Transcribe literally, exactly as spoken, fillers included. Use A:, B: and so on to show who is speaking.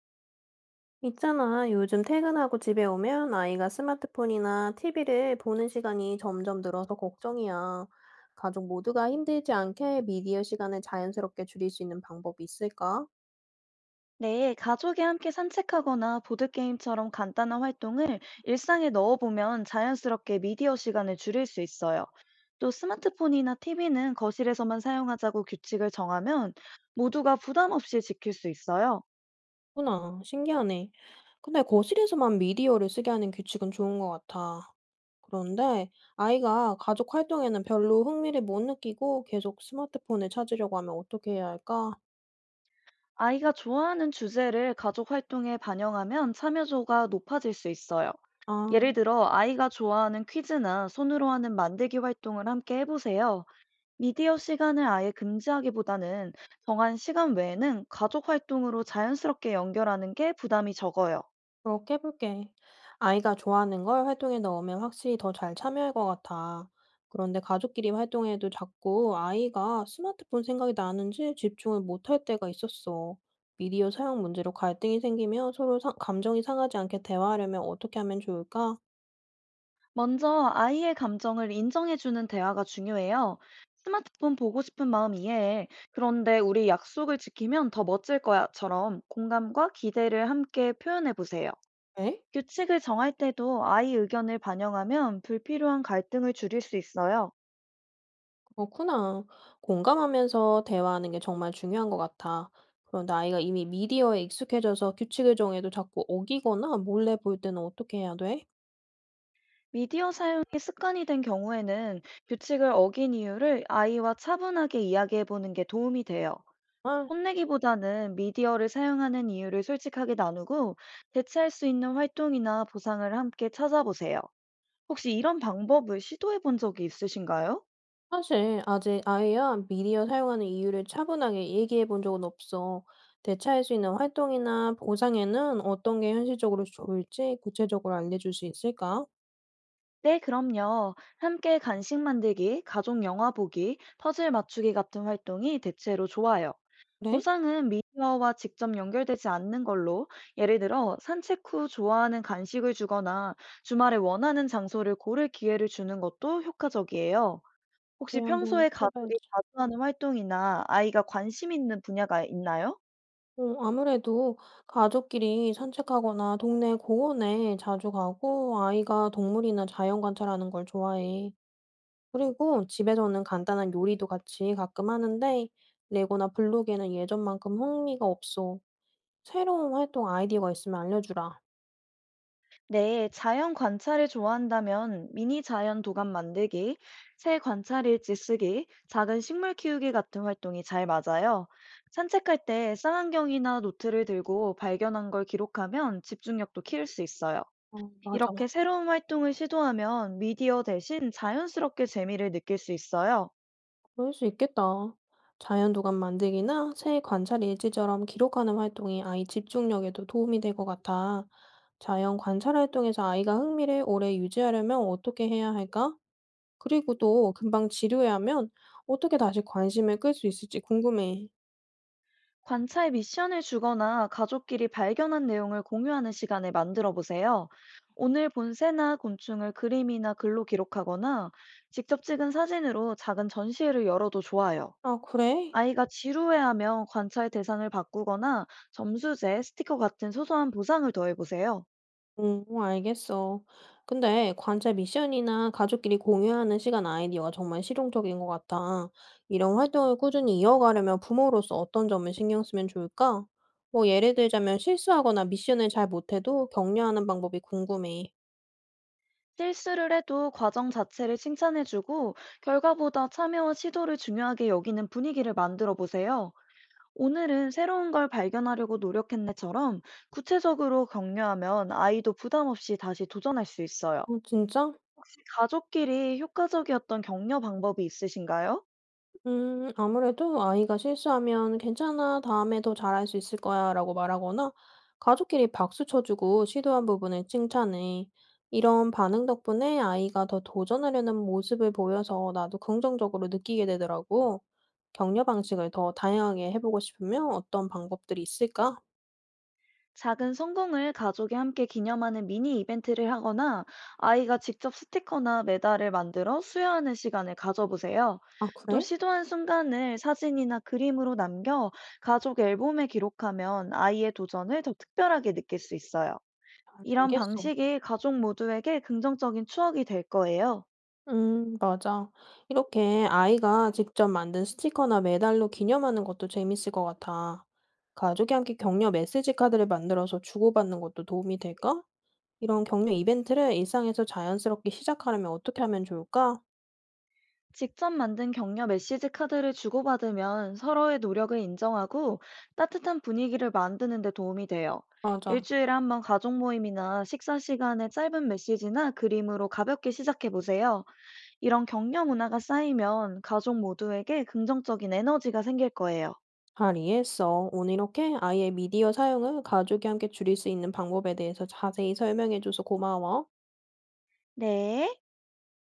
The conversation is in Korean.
A: 있잖아. 요즘 퇴근하고 집에 오면 아이가 스마트폰이나 티비를 보는 시간이 점점 늘어서 걱정이야. 가족 모두가 힘들지 않게 미디어 시간을 자연스럽게 줄일 수 있는 방법이 있을까?
B: 네, 가족이 함께 산책하거나 보드게임처럼 간단한 활동을 일상에 넣어보면 자연스럽게 미디어 시간을 줄일 수 있어요. 또 스마트폰이나 티비는 거실에서만 사용하자고 규칙을 정하면 모두가 부담 없이 지킬 수 있어요.
A: 구나. 신기하네. 근데 거실에서만 미디어를 쓰게 하는 규칙은 좋은 것 같아. 그런데 아이가 가족 활동에는 별로 흥미를 못 느끼고 계속 스마트폰을 찾으려고 하면 어떻게 해야 할까?
B: 아이가 좋아하는 주제를 가족 활동에 반영하면 참여도가 높아질 수 있어요.
A: 아,
B: 예를 들어, 아이가 좋아하는 퀴즈나 손으로 하는 만들기 활동을 함께 해보세요. 미디어 시간을 아예 금지하기보다는 정한 시간 외에는 가족 활동으로 자연스럽게 연결하는 게 부담이 적어요.
A: 그렇게 해볼게. 아이가 좋아하는 걸 활동에 넣으면 확실히 더 잘 참여할 것 같아. 그런데 가족끼리 활동해도 자꾸 아이가 스마트폰 생각이 나는지 집중을 못할 때가 있었어. 미디어 사용 문제로 갈등이 생기면 서로 상- 감정이 상하지 않게 대화하려면 어떻게 하면 좋을까?
B: 먼저 아이의 감정을 인정해주는 대화가 중요해요. 스마트폰 보고 싶은 마음 이해해. 그런데 우리 약속을 지키면 더 멋질 거야처럼 공감과 기대를 함께 표현해 보세요.
A: 에?
B: 규칙을 정할 때도 아이 의견을 반영하면 불필요한 갈등을 줄일 수 있어요.
A: 그렇구나. 공감하면서 대화하는 게 정말 중요한 것 같아. 그런데 아이가 이미 미디어에 익숙해져서 규칙을 정해도 자꾸 어기거나 몰래 볼 때는 어떻게 해야 돼?
B: 미디어 사용이 습관이 된 경우에는 규칙을 어긴 이유를 아이와 차분하게 이야기해 보는 게 도움이 돼요. 혼내기보다는 미디어를 사용하는 이유를 솔직하게 나누고 대체할 수 있는 활동이나 보상을 함께 찾아보세요. 혹시 이런 방법을 시도해 본 적이 있으신가요?
A: 사실 아직 아이와 미디어 사용하는 이유를 차분하게 얘기해 본 적은 없어. 대체할 수 있는 활동이나 보상에는 어떤 게 현실적으로 좋을지 구체적으로 알려줄 수 있을까?
B: 네, 그럼요. 함께 간식 만들기, 가족 영화 보기, 퍼즐 맞추기 같은 활동이 대체로 좋아요.
A: 그래?
B: 보상은 미디어와 직접 연결되지 않는 걸로, 예를 들어 산책 후 좋아하는 간식을 주거나 주말에 원하는 장소를 고를 기회를 주는 것도 효과적이에요. 혹시
A: 그래, 한번
B: 평소에 가족이
A: 해봐야지.
B: 자주 하는 활동이나 아이가 관심 있는 분야가 있나요?
A: 어, 아무래도 가족끼리 산책하거나 동네 공원에 자주 가고 아이가 동물이나 자연 관찰하는 걸 좋아해. 그리고 집에서는 간단한 요리도 같이 가끔 하는데 레고나 블록에는 예전만큼 흥미가 없어. "새로운 활동 아이디어가 있으면 알려주라."
B: 네, 자연 관찰을 좋아한다면 미니 자연 도감 만들기, 새 관찰일지 쓰기, 작은 식물 키우기 같은 활동이 잘 맞아요. 산책할 때 쌍안경이나 노트를 들고 발견한 걸 기록하면 집중력도 키울 수 있어요.
A: 어 맞아.
B: 이렇게 새로운 활동을 시도하면 미디어 대신 자연스럽게 재미를 느낄 수 있어요.
A: 그럴 수 있겠다. 자연도감 만들기나 새 관찰 일지처럼 기록하는 활동이 아이 집중력에도 도움이 될 것 같아. 자연 관찰 활동에서 아이가 흥미를 오래 유지하려면 어떻게 해야 할까? 그리고 또 금방 지루해하면 어떻게 다시 관심을 끌 수 있을지 궁금해.
B: 관찰 미션을 주거나 가족끼리 발견한 내용을 공유하는 시간을 만들어 보세요. 오늘 본 새나 곤충을 그림이나 글로 기록하거나 직접 찍은 사진으로 작은 전시회를 열어도 좋아요.
A: 아 그래?
B: 아이가 지루해하면 관찰 대상을 바꾸거나 점수제, 스티커 같은 소소한 보상을 더해보세요.
A: 어 알겠어. 근데 관찰 미션이나 가족끼리 공유하는 시간 아이디어가 정말 실용적인 것 같아. 이런 활동을 꾸준히 이어가려면 부모로서 어떤 점을 신경 쓰면 좋을까? 뭐 예를 들자면 실수하거나 미션을 잘 못해도 격려하는 방법이 궁금해.
B: 실수를 해도 과정 자체를 칭찬해주고 결과보다 참여와 시도를 중요하게 여기는 분위기를 만들어 보세요. 오늘은 새로운 걸 발견하려고 노력했네처럼 구체적으로 격려하면 아이도 부담 없이 다시 도전할 수 있어요.
A: 어, 진짜?
B: 혹시 가족끼리 효과적이었던 격려 방법이 있으신가요?
A: 음, 아무래도 아이가 실수하면 괜찮아, 다음에 더 잘할 수 있을 거야 라고 말하거나 가족끼리 박수 쳐주고 시도한 부분을 칭찬해. 이런 반응 덕분에 아이가 더 도전하려는 모습을 보여서 나도 긍정적으로 느끼게 되더라고. 격려 방식을 더 다양하게 해보고 싶으면 어떤 방법들이 있을까?
B: 작은 성공을 가족이 함께 기념하는 미니 이벤트를 하거나 아이가 직접 스티커나 메달을 만들어 수여하는 시간을 가져보세요.
A: 아,
B: 또
A: 그래?
B: 시도한 순간을 사진이나 그림으로 남겨 가족 앨범에 기록하면 아이의 도전을 더 특별하게 느낄 수 있어요. 이런
A: 알겠어.
B: 방식이 가족 모두에게 긍정적인 추억이 될 거예요.
A: 음, 맞아. 이렇게 아이가 직접 만든 스티커나 메달로 기념하는 것도 재밌을 것 같아. 가족이 함께 격려 메시지 카드를 만들어서 주고받는 것도 도움이 될까? 이런 격려 이벤트를 일상에서 자연스럽게 시작하려면 어떻게 하면 좋을까?
B: 직접 만든 격려 메시지 카드를 주고받으면 서로의 노력을 인정하고 따뜻한 분위기를 만드는 데 도움이 돼요.
A: 맞아.
B: 일주일에 한 번 가족 모임이나 식사 시간에 짧은 메시지나 그림으로 가볍게 시작해 보세요. 이런 격려 문화가 쌓이면 가족 모두에게 긍정적인 에너지가 생길 거예요.
A: 잘 이해했어. 오늘 이렇게 아이의 미디어 사용을 가족이 함께 줄일 수 있는 방법에 대해서 자세히 설명해줘서 고마워.
B: 네.